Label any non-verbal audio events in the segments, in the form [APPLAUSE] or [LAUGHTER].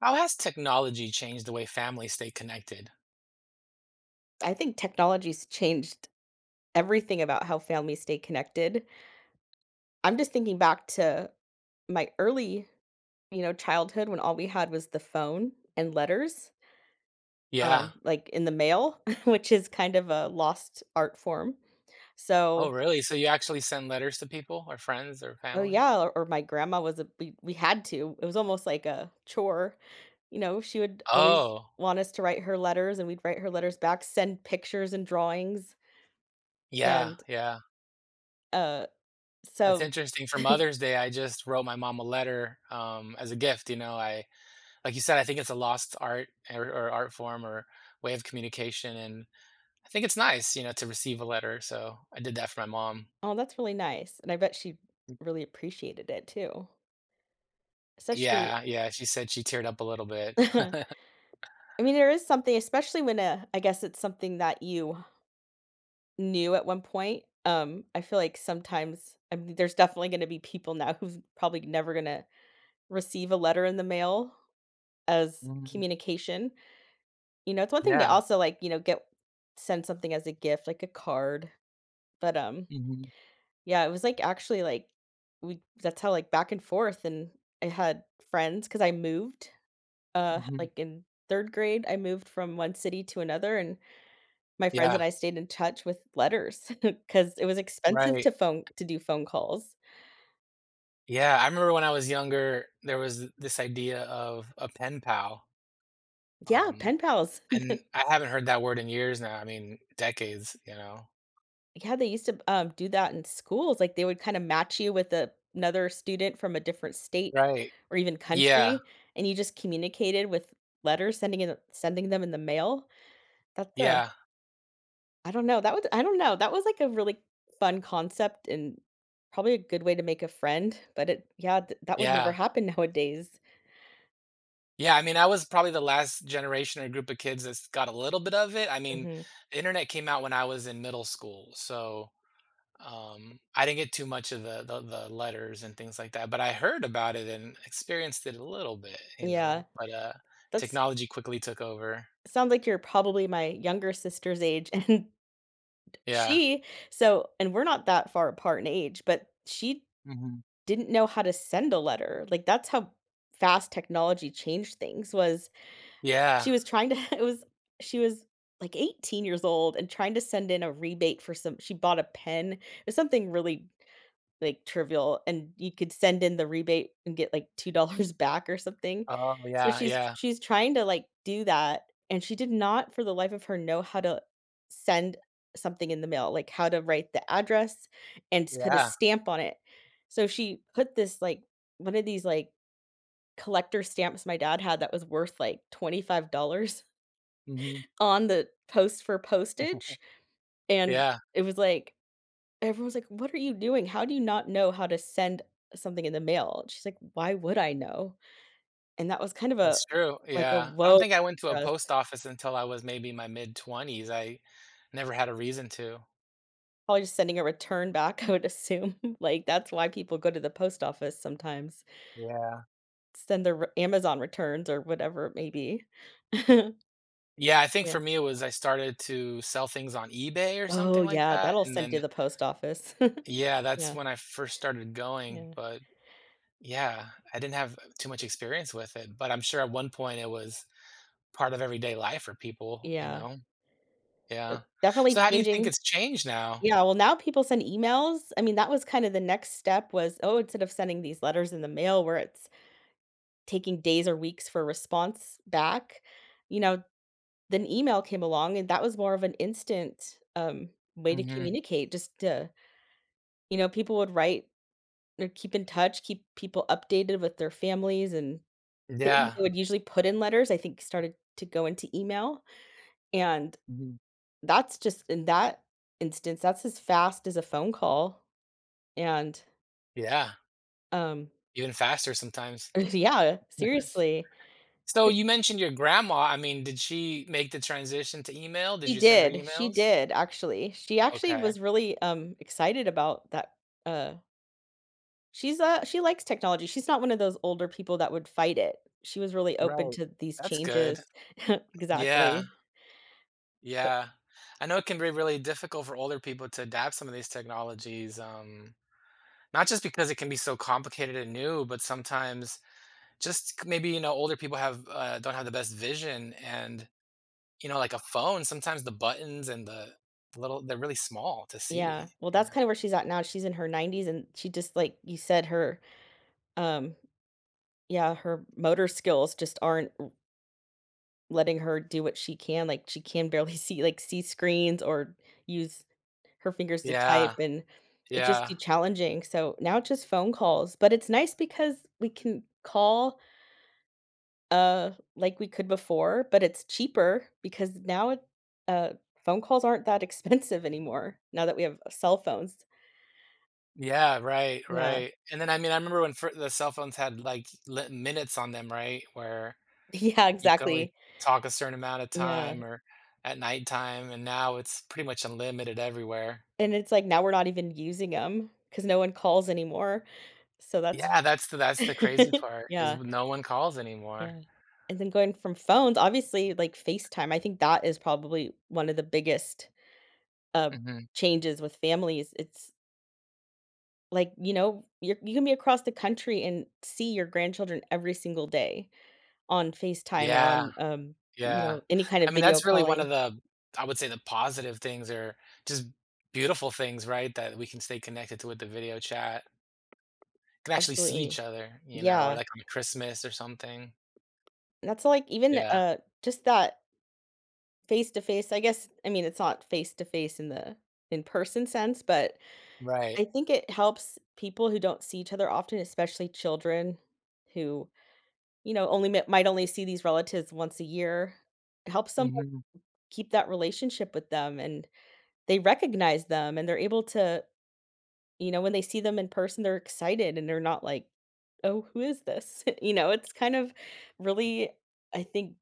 How has technology changed the way families stay connected? I think technology's changed everything about how families stay connected. I'm just thinking back to my early, childhood when all we had was the phone and letters, Yeah. Like in the mail, [LAUGHS] which is kind of a lost art form. Oh, So, really? So you actually send letters to people or friends or oh family? yeah, or my grandma was a we had to. It was almost like a chore. You know, she would always Oh, want us to write her letters and we'd write her letters back, send pictures and drawings. yeah, And yeah. uh That's so interesting. For Mother's Day, I just wrote my mom a letter as a gift. You know, I Like you said, I think it's a lost art or art form or way of communication, and I think it's nice, you know, to receive a letter. So I did that for my mom. oh, that's really nice, and I bet she really appreciated it too, especially. Yeah, yeah. She said she teared up a little bit. [LAUGHS] [LAUGHS] I mean, there is something especially when, I guess it's something that you knew at one point. I feel like sometimes I mean, there's definitely gonna be people now who's probably never gonna receive a letter in the mail as Mhm. communication, it's one thing to Yeah. also, get send something as a gift, like a card, but, Hmm, yeah, it was, we that's how, like, back and forth, and I had friends because I moved hmm. like, in 3rd grade, I moved from one city to another, and my friends and Yeah. I stayed in touch with letters [LAUGHS] because it was expensive Right. to phone to do phone calls. Yeah, I remember when I was younger, there was this idea of a pen pal, Yeah, um, pen pals. and I haven't heard that word in years now. I mean, decades, you know? Yeah, they used to, do that in schools, like, they would kinda match you with a another student from a different state Right. or even Yeah, country, and you just communicated with letters, sending in sending them in the mail. That's a yeah, I don't know, that was I don't know, that was, like, a really fun concept and probably a good way to make a friend, but it yeah, th that would never yeah. happen [LAUGHS] nowadays. Yeah, I mean, I was probably the last generation or group of kids that's got a little bit of it. I mean, Mhm. the internet came out when I was in middle school, so, I didn't get too much of the letters and things like that, but I heard about it and experienced it a little bit, you know? Yeah, But, that's technology quickly took over. sounds like you're probably my younger sister's age, [LAUGHS] and Yeah. she so and we're not that far apart in age, but she Mhm. didn't know how to send a letter, like, that's how fast technology changed things was Yeah. she was trying to [LAUGHS] it was she was, like, 18 years old and trying to send in a rebate for some she bought a pen, it was something really like, trivial, and you could send in the rebate and get, like, $2 [LAUGHS] back or something. Oh, So yeah, she's yeah, she's trying to, like, do that, and she did not for the life of her know how to send something in the mail, like, how to write the address and s put a yeah. stamp on it. So she put this, like one of these, like, collector stamps my dad had that was worth, like, $25 Mhm. on the post for postage, and Yeah, it was like everyone's like, "What are you doing? How do you not know how to send something in the mail?" She's like, "Why would I know?" And that was kind of a that's true, like a yeah. I don't "whoa" think I went to for a us. post office until I was maybe my mid-20s. I never had a reason to. Probably just sending a return back, I would assume. [LAUGHS] Like, that's why people go to the post office sometimes, Yeah. send their re Amazon returns or whatever it may be. [LAUGHS] Yeah, I think for Yeah. me, it was I started to sell things on eBay or Oh, something like yeah, that, that'll and send then to the post office. [LAUGHS] yeah, that's Yeah, when I first started going, yeah, but yeah, I didn't have too much experience with it, but I'm sure at one point it was part of everyday life for people, you yeah. know? So, Yeah. So definitely how do you think changing. it's changed now? Yeah, well, now people send emails. I mean, that was kind of the next step was, oh, instead of sending these letters in the mail where it's taking days or weeks for a response back, you know, then email came along and that was more of an instant, way to Mhm. communicate just to you know, people would write or keep in touch, keep people updated with their families and things that Yeah. they would usually put in letters, I think started to go into email, and Mhm. that's just in that instance, that's as fast as a phone call, and, Yeah. um Even faster sometimes. [LAUGHS] yeah, [LAUGHS] seriously. So you mentioned your grandma. I mean, did she make the transition to email? Did She you send her did, she emails? did, actually. She actually Okay. was really, excited about that, uh she's, she likes technology, she's not one of those older people that would fight it. She was really open Right. to these That's good. changes. [LAUGHS] Yeah. Exactly. But Yeah. I know it can be really difficult for older people to adapt some of these technologies. Not just because it can be so complicated and new, but sometimes just maybe, you know, older people have don't have the best vision and, you know, like a phone, sometimes the buttons and the little, they're really small to yeah, see, well, you know? that's kinda where she's at now, she's in her 90s, and she just like you said, her. Um, yeah, her motor skills just aren't r letting her do what she can, like, she can barely [LAUGHS] see like, see screens or use her fingers to type, Yeah, and it's just too yeah, challenging, so now it's just phone calls, but it's nice because we can call, like we could before, but it's cheaper because now it uh, phone calls aren't that [LAUGHS] expensive anymore now that we have cell phones. yeah, right, Yeah. [LAUGHS] right, and then, I mean, I remember when fir the cell phones had, like, li minutes on them, right, where Yeah, you can only exactly. talk a certain amount of Yeah, time or at nighttime, and now it's pretty much unlimited everywhere. and it's like now we're not even using them because no one calls anymore. So that's Yeah, that's the that's [LAUGHS] the crazy part is yeah, no one calls anymore. yeah. And then going from phones, obviously, like FaceTime, I think that is probably one of the biggest, uh, Mhm. changes with families. It's like, you're you can be across the country and see your grandchildren every single day on FaceTime or Yeah, on, you yeah. know, any kind I of mean, video that's really one of calling. the I would say the positive things or just beautiful things, right, that we can stay connected to with the video chat. Could actually see Absolutely. each other, you know, or Yeah. like on Christmas or something. And that's like even, Yeah, just that face to face, I guess I mean, it's not face to face in the in-person sense, but right. I think it helps people who don't see each other often, especially children who, only mi might only see these relatives once a year. It helps them Mhm. keep that relationship with them, and they recognize them, and they're able to you know, when they see them in person, they're excited, and they're not like, "Oh, who is this?" [LAUGHS] You know, it's kind of really, I think,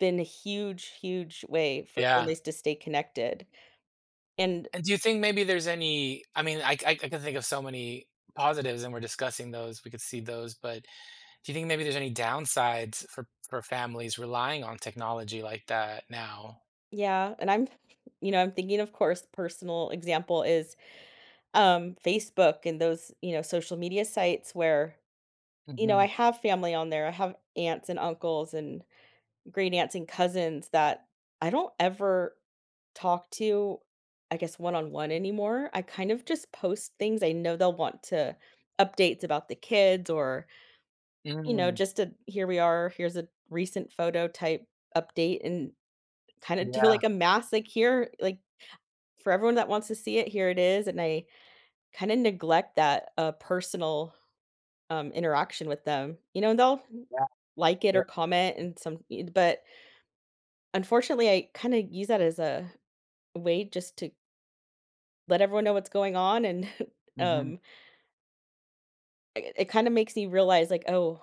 been a huge, huge way for Yeah. families to stay connected, and And do you think maybe there's any I mean, I can think of so many positives and we're discussing those, we could see those, but do you think maybe there's any downsides for families relying on technology like that now? yeah, and I'm I'm thinking, of course, personal example is. Facebook and those, social media sites where, I Mhm. have family on there. I have aunts and uncles and great aunts and cousins that I don't ever talk to, I guess, one on one anymore. I kind of just post things. I know they'll want to updates about the kids or, Mm. just a here we are, here's a recent photo type update and kind of do Yeah, like a mass, like here, like for everyone that wants to see it, here it is. And I kind of neglect that personal interaction with them. You know, and they'll yeah, like it yeah. or comment and some but unfortunately I kind of use that as a way just to let everyone know what's going on and [LAUGHS] Mhm. um it, it kind of makes me realize like oh,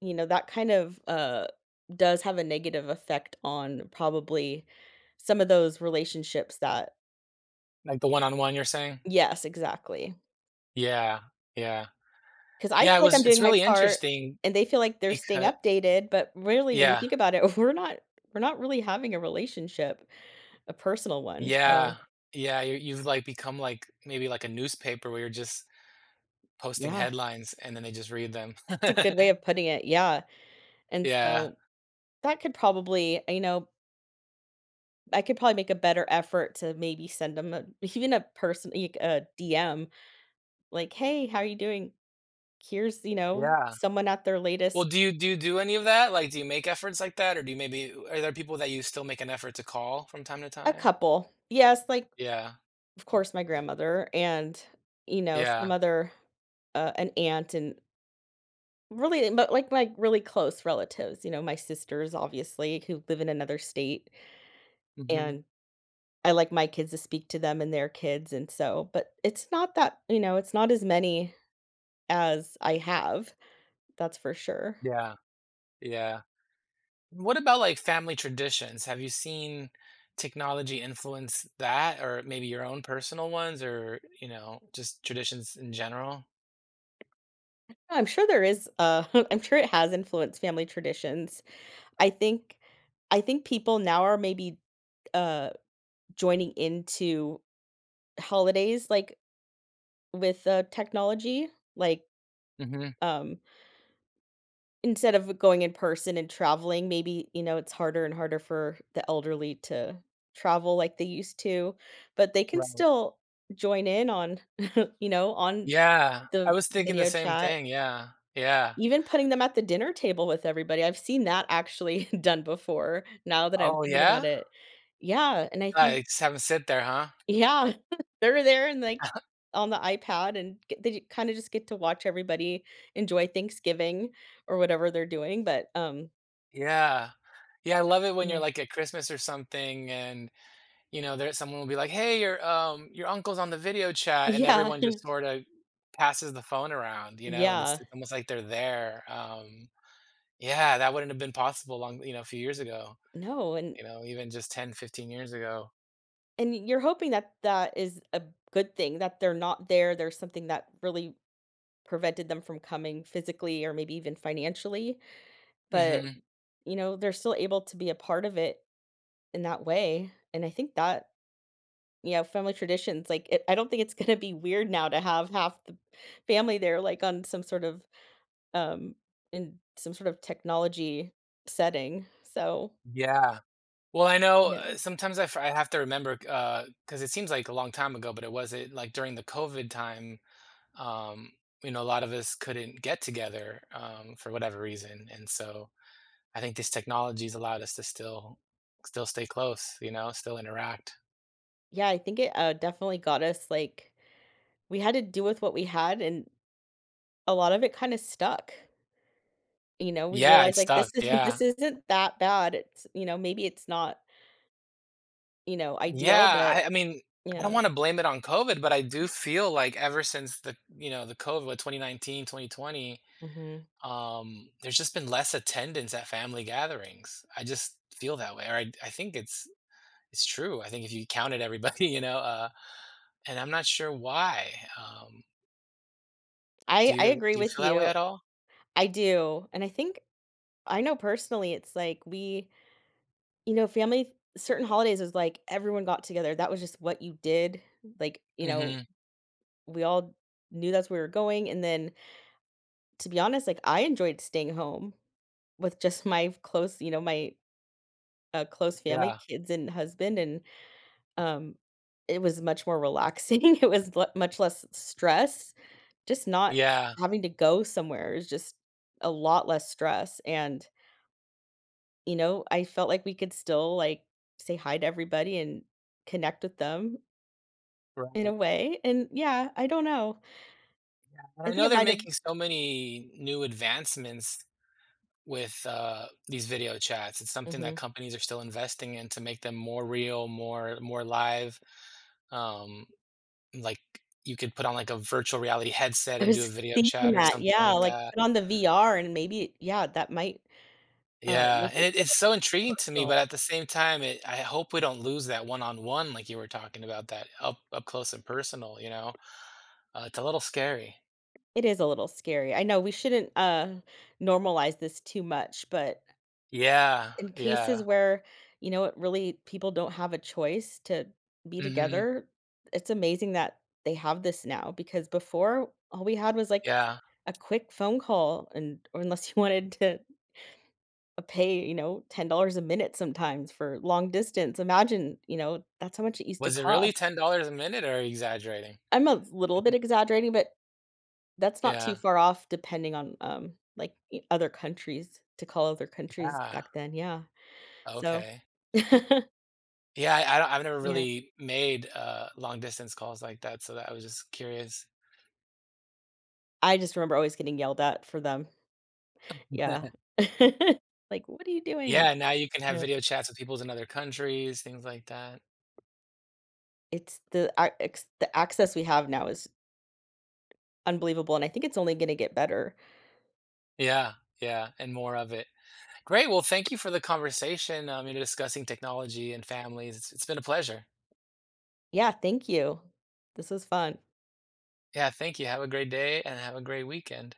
that kind of does have a negative effect on probably some of those relationships that Like the one-on-one you're saying? yes, exactly. Yeah, yeah. Cuz I feel Yeah, it like I'm was it's doing my really part interesting and they feel like they're staying because. updated, but really when you Yeah. think about it, [LAUGHS] we're not really having a relationship. A personal one, Yeah. so Yeah, you've, like, become, like, maybe like a newspaper where you're just posting yeah. headlines and then they just read them. [LAUGHS] That's a good way of putting it, yeah, and Yeah. so that could probably you know, I could probably make a better effort to maybe send them a [LAUGHS] even a person like, a DM, like, "Hey, how are you doing? Here's," you know, Yeah. someone at their Well, latest do any of that? Like, do you make efforts like that? Or do you maybe are there people that you still make an effort to call from time to a time? couple. Yes, like, Yeah. of course, my grandmother and, some Yeah. other an aunt and really but, like, my really close relatives, my sisters, obviously, who live in another state Mhm. and I like my kids to speak to them and their kids, and so but it's not that you know, it's not as many as I have, that's for sure. Yeah. Yeah. What about, like, family traditions? Have you seen technology influence that or maybe your own personal ones or, you know, just traditions in general? I'm sure there is, [LAUGHS] I'm sure it has influenced family traditions. I think I think people now are maybe, uh, joining into holidays, like, with, technology, like, Mhm. um instead of going in person and traveling, maybe, it's harder and harder for the elderly to travel like they used to, but they can Right. still join in on, [LAUGHS] you know, on Yeah, I the was thinking the video same chat. thing, yeah, yeah. Even putting them at the dinner table with everybody, I've seen that actually [LAUGHS] done before, now that I'm Oh, thinking about yeah? it. Yeah, and I I think just haven't sit there, huh? yeah, [LAUGHS] they're there and, like, [LAUGHS] on the iPad and get they kinda just get to watch everybody enjoy Thanksgiving or whatever they're doing, but, Yeah. Yeah, I love it when you you're, know. like, at Christmas or something and, you know, there someone will be like, "Hey, your uncle's on the video chat," and Yeah, everyone just sorta passes the phone around, [LAUGHS] you know, and it's yeah. it's almost like they're there, Yeah, that wouldn't have been possible long you know, a few years ago, No, you know, even just 10, 15 years ago. and you're hoping that that is a good thing, that they're not there, there's something that really prevented them from coming physically or maybe even financially, but, Mhm. They're still able to be a part of it in that way, and I think that you know, family traditions, like, it I don't think it's [LAUGHS] gonna be weird now to have half the family there, like, on some sort of, um in some sort of technology setting, so, Yeah. Well, I know, yeah. Sometimes I have to remember, because it seems like a long time ago, but it wasn't like during the COVID time, um, you know, a lot of us couldn't get together, for whatever reason, and so I think this technology's allowed us to still stay close, you know, still interact. Yeah, I think it, definitely got us, like we had to do with what we had, and a lot of it kinda stuck. You know, we Yeah, realized, it's like, stuck, this isn't [LAUGHS] yeah. this isn't that bad. It's you know, maybe it's not, you know, Yeah, ideal, but, I mean, you I don't know. wanna blame it on COVID, but I do feel like ever since the COVID, what, 2019. Mhm. There's just been less attendance at family gatherings. I just feel that way, or I think it's true. I think if you counted everybody, [LAUGHS] you know, and I'm not sure why. Um, do you I agree do you with feel that way you. at all? I do, and I think I know personally, it's like we you know, family certain holidays is like everyone got together. That was just what you did. Like, hmm we all knew that's where we were going, and then, to be honest, like, I enjoyed staying home with just [LAUGHS] my close you know, my a close family, Yeah, kids and husband, and, um, it was much more relaxing. [LAUGHS] It was le much less stress, just not yeah, having to go somewhere. It was just a lot less stress, and, I felt like we could still, like, say hi to everybody and connect with them in a right. way, and yeah, I don't know. And I I think know it they're might have making so many new advancements with these video chats. It's something that mhm. companies are still investing in to make them more real, more live. Um, Like, you could put on, like, a virtual reality headset I and was do a just video [LAUGHS] thinking chat or that, something yeah, like like, that. put on the VR and maybe yeah, that might, Yeah, make and it it feel it's so more intriguing to me, but personal. at the same time, it I hope we don't lose that one-on-one like you were talking about, that up close and personal, you know? It's a little scary. It is a little scary. I know we shouldn't, normalize this too much, but Yeah, in cases yeah. where, it really people don't have a choice to be Mhm, together, it's amazing that they have this now because before all we had was, like, yeah. a quick phone call and or unless you [LAUGHS] wanted to pay, you know, $10 a minute sometimes for long distance. Imagine, that's how much it used to Was it really cost. $10 a minute, or are you exaggerating? I'm a little bit [LAUGHS] exaggerating, but that's not too Yeah, far off depending on, like, e other countries to call other countries yeah, back then, yeah, so. okay. [LAUGHS] Yeah, I've never Yeah, really made, long distance calls like that, so that I was just curious. I just remember always getting yelled at for them. Yeah. [LAUGHS] [LAUGHS] Like, "What are you doing?" Yeah, now you can have Yeah. video chats with people in other countries, things like that. It's the a ex the access we have now is unbelievable, and I think it's only gonna get better. Yeah, yeah, and more of it. Great, well, thank you for the conversation, you know, discussing technology and families. It's been a pleasure. Yeah, thank you. This was fun. Yeah, thank you. Have a great day and have a great weekend.